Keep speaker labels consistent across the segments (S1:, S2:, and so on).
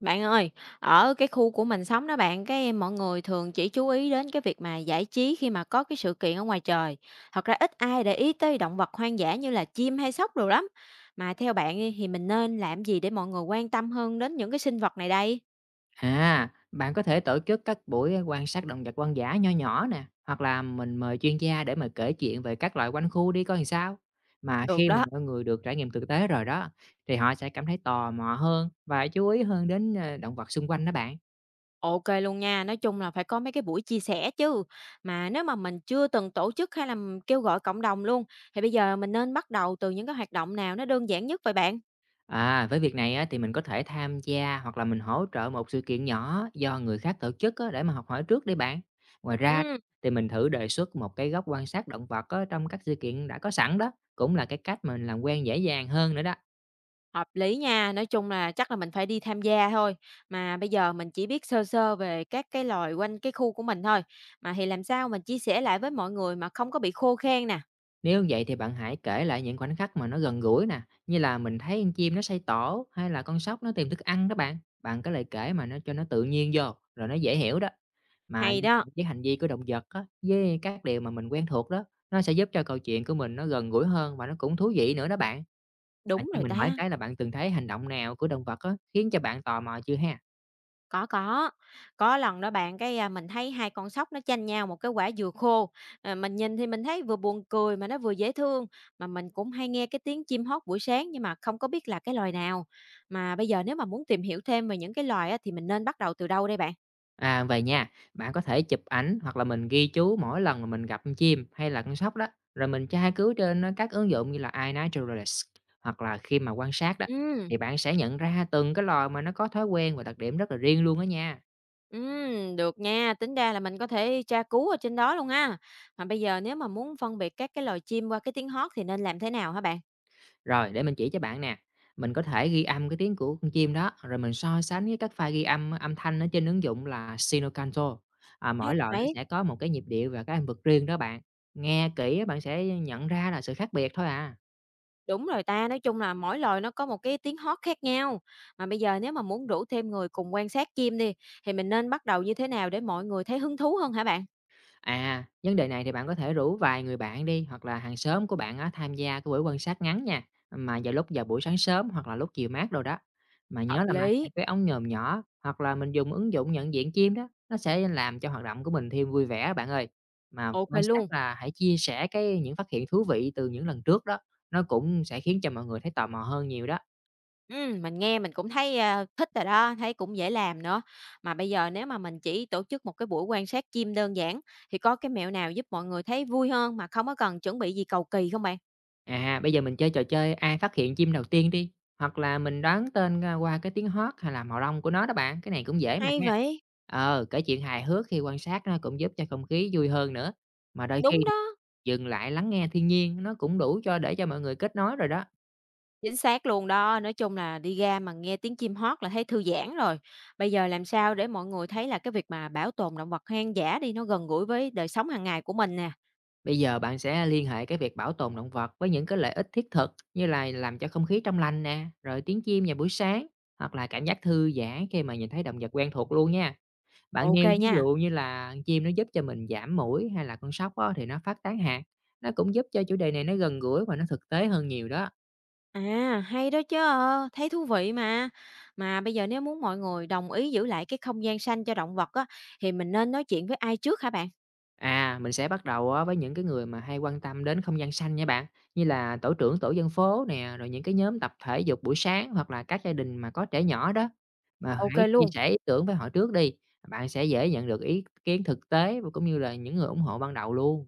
S1: Bạn ơi, ở cái khu của mình sống đó bạn, cái mọi người thường chỉ chú ý đến cái việc mà giải trí khi mà có cái sự kiện ở ngoài trời. Thật ra ít ai để ý tới động vật hoang dã như là chim hay sóc rồi lắm. Mà theo bạn đi, thì mình nên làm gì để mọi người quan tâm hơn đến những cái sinh vật này đây?
S2: À, bạn có thể tổ chức các buổi quan sát động vật hoang dã nho nhỏ nè, hoặc là mình mời chuyên gia để mà kể chuyện về các loài quanh khu đi coi làm sao. Mà
S1: Được
S2: khi mà
S1: đó.
S2: mọi người được trải nghiệm thực tế rồi đó, thì họ sẽ cảm thấy tò mò hơn và chú ý hơn đến động vật xung quanh đó bạn.
S1: Ok luôn nha, nói chung là phải có mấy cái buổi chia sẻ chứ. Mà nếu mà mình chưa từng tổ chức hay là kêu gọi cộng đồng luôn, thì bây giờ mình nên bắt đầu từ những cái hoạt động nào nó đơn giản nhất vậy bạn?
S2: À, với việc này á, thì mình có thể tham gia hoặc là mình hỗ trợ một sự kiện nhỏ do người khác tổ chức á, để mà học hỏi trước đi bạn. Ngoài ra thì mình thử đề xuất một cái góc quan sát động vật á, trong các sự kiện đã có sẵn đó, cũng là cái cách mình làm quen dễ dàng hơn nữa đó.
S1: Hợp lý nha, nói chung là chắc là mình phải đi tham gia thôi. Mà bây giờ mình chỉ biết sơ sơ về các cái loài quanh cái khu của mình thôi. Mà thì làm sao mình chia sẻ lại với mọi người mà không có bị khô khan nè.
S2: Nếu vậy thì bạn hãy kể lại những khoảnh khắc mà nó gần gũi nè, như là mình thấy con chim nó xây tổ hay là con sóc nó tìm thức ăn đó bạn. Bạn có lời kể mà nó cho nó tự nhiên vô, rồi nó dễ hiểu đó. Mà
S1: Hay đó,
S2: với hành vi của động vật á, với các điều mà mình quen thuộc đó, nó sẽ giúp cho câu chuyện của mình nó gần gũi hơn và nó cũng thú vị nữa đó bạn. À,
S1: đúng
S2: cho
S1: rồi
S2: mình hỏi
S1: ta.
S2: cái là bạn từng thấy hành động nào của động vật á, khiến cho bạn tò mò chưa ha?
S1: Có có. Có lần đó bạn cái à, mình thấy hai con sóc nó chanh nhau một cái quả dừa khô. À, mình nhìn thì mình thấy vừa buồn cười mà nó vừa dễ thương. Mà mình cũng hay nghe cái tiếng chim hót buổi sáng nhưng mà không có biết là cái loài nào. Mà bây giờ nếu mà muốn tìm hiểu thêm về những cái loài á, thì mình nên bắt đầu từ đâu đây bạn?
S2: À, vậy nha, bạn có thể chụp ảnh hoặc là mình ghi chú mỗi lần mà mình gặp con chim hay là con sóc đó, rồi mình tra cứu trên các ứng dụng như là iNaturalist hoặc là khi mà quan sát đó
S1: Ừ.
S2: thì bạn sẽ nhận ra từng cái loài mà nó có thói quen và đặc điểm rất là riêng luôn đó nha.
S1: Được nha, tính ra là mình có thể tra cứu ở trên đó luôn ha. Mà bây giờ nếu mà muốn phân biệt các cái loài chim qua cái tiếng hót thì nên làm thế nào hả bạn?
S2: Rồi để mình chỉ cho bạn nè. Mình có thể ghi âm cái tiếng của con chim đó rồi mình so sánh với các file ghi âm âm thanh ở trên ứng dụng là Sinocanto. À,
S1: Hay
S2: mỗi loại nó
S1: đấy,
S2: sẽ có một cái nhịp điệu và cái âm vực riêng đó bạn. Nghe kỹ bạn sẽ nhận ra là sự khác biệt thôi à.
S1: đúng rồi ta, nói chung là mỗi loài nó có một cái tiếng hót khác nhau. Mà bây giờ nếu mà muốn rủ thêm người cùng quan sát chim đi, thì mình nên bắt đầu như thế nào để mọi người thấy hứng thú hơn hả bạn?
S2: À, vấn đề này thì bạn có thể rủ vài người bạn đi hoặc là hàng xóm của bạn á, tham gia cái buổi quan sát ngắn nha. Mà vào lúc vào buổi sáng sớm hoặc là lúc chiều mát rồi đó. Mà
S1: Hợp
S2: nhớ là mang theo
S1: lý,
S2: cái ống nhòm nhỏ hoặc là mình dùng ứng dụng nhận diện chim đó, nó sẽ làm cho hoạt động của mình thêm vui vẻ bạn ơi. Mà
S1: ok
S2: quan sát
S1: luôn.
S2: là hãy chia sẻ cái những phát hiện thú vị từ những lần trước đó, nó cũng sẽ khiến cho mọi người thấy tò mò hơn nhiều đó.
S1: Mình nghe mình cũng thấy, a, thích rồi đó, thấy cũng dễ làm nữa. Mà bây giờ nếu mà mình chỉ tổ chức một cái buổi quan sát chim đơn giản thì có cái mẹo nào giúp mọi người thấy vui hơn mà không có cần chuẩn bị gì cầu kỳ không bạn?
S2: À, bây giờ mình chơi trò chơi ai phát hiện chim đầu tiên đi, hoặc là mình đoán tên, a, qua cái tiếng hót hay là màu lông của nó đó bạn, cái này cũng dễ mà
S1: Hay
S2: nha.
S1: vậy?
S2: Ờ, kể chuyện hài hước khi quan sát nó cũng giúp cho không khí vui hơn nữa, mà đôi khi
S1: Đúng đó,
S2: dừng lại lắng nghe thiên nhiên nó cũng đủ cho để cho mọi người kết nối rồi đó.
S1: chính xác luôn đó. Nói chung là đi ra mà nghe tiếng chim hót là thấy thư giãn rồi. Bây giờ làm sao để mọi người thấy là cái việc mà bảo tồn động vật hoang dã đi nó gần gũi với đời sống hàng ngày của mình nè.
S2: Bây giờ bạn sẽ liên hệ cái việc bảo tồn động vật với những cái lợi ích thiết thực như là làm cho không khí trong lành nè, rồi tiếng chim vào buổi sáng, hoặc là cảm giác thư giãn khi mà nhìn thấy động vật quen thuộc luôn nha. Bạn
S1: OK
S2: nêu ví dụ
S1: nha.
S2: như là chim nó giúp cho mình giảm muỗi hay là con sóc á thì nó phát tán hạt, nó cũng giúp cho chủ đề này nó gần gũi và nó thực tế hơn nhiều đó.
S1: À, hay đó chứ, thấy thú vị mà. Mà bây giờ nếu muốn mọi người đồng ý giữ lại cái không gian xanh cho động vật á, thì mình nên nói chuyện với ai trước hả bạn?
S2: À, mình sẽ bắt đầu á với những cái người mà hay quan tâm đến không gian xanh nha bạn, như là tổ trưởng tổ dân phố nè, rồi những cái nhóm tập thể dục buổi sáng hoặc là các gia đình mà có trẻ nhỏ đó. Mà
S1: Ok
S2: hãy chia
S1: luôn.
S2: sẻ ý tưởng với họ trước đi, bạn sẽ dễ nhận được ý kiến thực tế và cũng như là những người ủng hộ ban đầu luôn.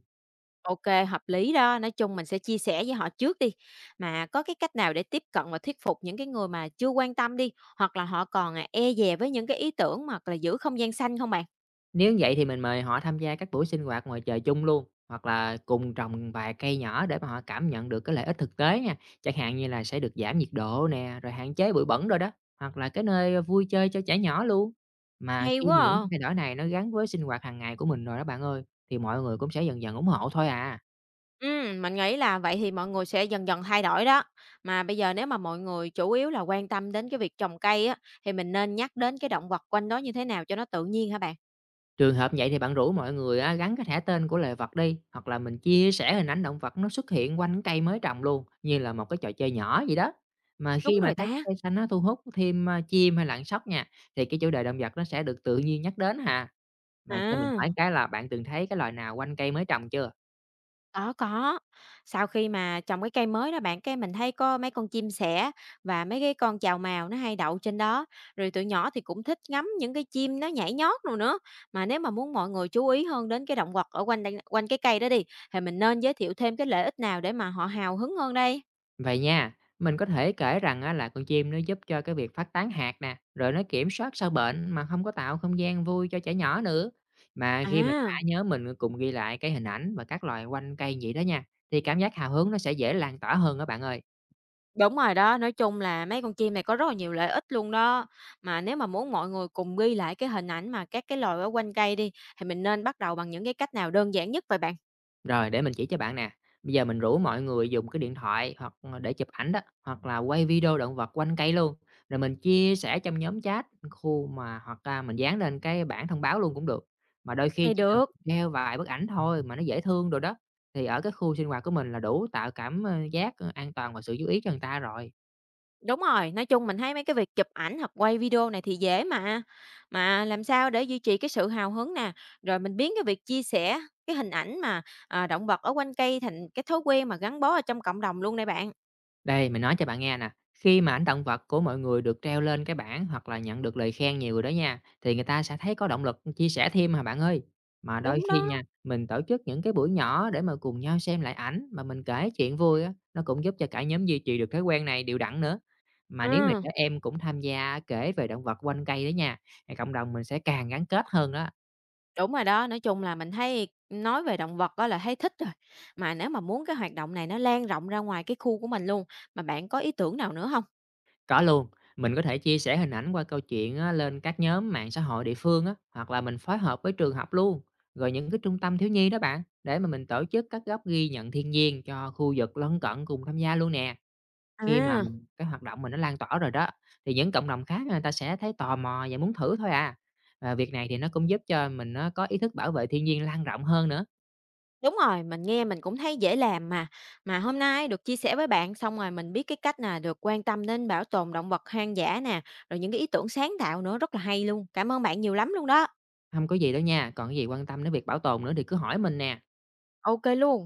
S1: Ok, hợp lý đó. Nói chung mình sẽ chia sẻ với họ trước đi. Mà có cái cách nào để tiếp cận và thuyết phục những cái người mà chưa quan tâm đi, hoặc là họ còn à, e dè với những cái ý tưởng hoặc là giữ không gian xanh không bạn?
S2: Nếu vậy thì mình mời họ tham gia các buổi sinh hoạt ngoài trời chung luôn, hoặc là cùng trồng vài cây nhỏ để mà họ cảm nhận được cái lợi ích thực tế nha. Chẳng hạn như là sẽ được giảm nhiệt độ nè, rồi hạn chế bụi bẩn rồi đó, hoặc là cái nơi vui chơi cho trẻ nhỏ luôn. Mà
S1: Hay
S2: khi
S1: quá
S2: mà những
S1: à.
S2: thay đổi này nó gắn với sinh hoạt hàng ngày của mình rồi đó bạn ơi, thì mọi người cũng sẽ dần dần ủng hộ thôi à.
S1: Mình nghĩ là vậy thì mọi người sẽ dần dần thay đổi đó. Mà bây giờ nếu mà mọi người chủ yếu là quan tâm đến cái việc trồng cây á, thì mình nên nhắc đến cái động vật quanh đó như thế nào cho nó tự nhiên hả bạn?
S2: Trường hợp vậy thì bạn rủ mọi người á, gắn cái thẻ tên của loài vật đi, hoặc là mình chia sẻ hình ảnh động vật nó xuất hiện quanh cây mới trồng luôn, như là một cái trò chơi nhỏ vậy đó. Mà
S1: Đúng
S2: khi mà
S1: rồi
S2: thấy
S1: ta.
S2: cây xanh nó thu hút thêm à, chim hay lặn sóc nha, thì cái chủ đề động vật nó sẽ được tự nhiên nhắc đến hà. Mà cho mình
S1: À,
S2: hỏi cái là bạn từng thấy cái loài nào quanh cây mới trồng chưa?
S1: có có. Sau khi mà trồng cái cây mới đó bạn, cái mình thấy có mấy con chim sẻ và mấy cái con chào mào nó hay đậu trên đó. Rồi tụi nhỏ thì cũng thích ngắm những cái chim nó nhảy nhót rồi nữa. Mà nếu mà muốn mọi người chú ý hơn đến cái động vật ở quanh cái cây đó đi, thì mình nên giới thiệu thêm cái lợi ích nào để mà họ hào hứng hơn đây?
S2: Vậy nha, mình có thể kể rằng á, là con chim nó giúp cho cái việc phát tán hạt nè, rồi nó kiểm soát sâu bệnh mà không có tạo không gian vui cho trẻ nhỏ nữa. Mà khi mà cả
S1: À,
S2: nhóm mình cùng ghi lại cái hình ảnh và các loài quanh cây vậy đó nha, thì cảm giác hào hứng nó sẽ dễ lan tỏa hơn đó bạn ơi.
S1: đúng rồi đó, nói chung là mấy con chim này có rất là nhiều lợi ích luôn đó. Mà nếu mà muốn mọi người cùng ghi lại cái hình ảnh mà các cái loài ở quanh cây đi, thì mình nên bắt đầu bằng những cái cách nào đơn giản nhất vậy bạn?
S2: Rồi, để mình chỉ cho bạn nè. Bây giờ mình rủ mọi người dùng cái điện thoại hoặc để chụp ảnh đó, hoặc là quay video động vật quanh cây luôn. Rồi mình chia sẻ trong nhóm chat, khu mà hoặc là mình dán lên cái bảng thông báo luôn cũng được. Mà đôi khi
S1: Thì
S2: chỉ cần
S1: được.
S2: treo vài bức ảnh thôi mà nó dễ thương rồi đó. Thì ở cái khu sinh hoạt của mình là đủ tạo cảm giác an toàn và sự chú ý cho người ta rồi.
S1: Đúng rồi, nói chung mình thấy mấy cái việc chụp ảnh hoặc quay video này thì dễ mà. Mà làm sao để duy trì cái sự hào hứng nè, rồi mình biến cái việc chia sẻ cái hình ảnh mà động vật ở quanh cây thành cái thói quen mà gắn bó ở trong cộng đồng luôn đây bạn.
S2: Đây, mình nói cho bạn nghe nè, khi mà ảnh động vật của mọi người được treo lên cái bảng hoặc là nhận được lời khen nhiều rồi đó nha, thì người ta sẽ thấy có động lực chia sẻ thêm hả bạn ơi. Mà đôi
S1: Đúng
S2: khi
S1: đó.
S2: nha, mình tổ chức những cái buổi nhỏ để mà cùng nhau xem lại ảnh mà mình kể chuyện vui á, nó cũng giúp cho cả nhóm duy trì được thói quen này đều đặn nữa. Mà nếu mà
S1: Ừ.
S2: trẻ em cũng tham gia kể về động vật quanh cây đó nha, thì cộng đồng mình sẽ càng gắn kết hơn đó.
S1: Đúng rồi đó, nói chung là mình thấy nói về động vật đó là thấy thích rồi. Mà nếu mà muốn cái hoạt động này nó lan rộng ra ngoài cái khu của mình luôn, mà bạn có ý tưởng nào nữa không?
S2: Có luôn, mình có thể chia sẻ hình ảnh qua câu chuyện á, lên các nhóm mạng xã hội địa phương á, hoặc là mình phối hợp với trường học luôn, rồi những cái trung tâm thiếu nhi đó bạn, để mà mình tổ chức các góc ghi nhận thiên nhiên cho khu vực lân cận cùng tham gia luôn nè. Khi mà
S1: À,
S2: mình cái hoạt động mình nó lan tỏa rồi đó, thì những cộng đồng khác người ta sẽ thấy tò mò và muốn thử thôi à. Và việc này thì nó cũng giúp cho mình nó có ý thức bảo vệ thiên nhiên lan rộng hơn nữa.
S1: đúng rồi, mình nghe mình cũng thấy dễ làm mà. Mà hôm nay được chia sẻ với bạn xong rồi mình biết cái cách là được quan tâm đến bảo tồn động vật hoang dã nè, rồi những cái ý tưởng sáng tạo nữa rất là hay luôn. Cảm ơn bạn nhiều lắm luôn đó.
S2: Không có gì đâu nha, còn cái gì quan tâm đến việc bảo tồn nữa thì cứ hỏi mình nè.
S1: Ok luôn.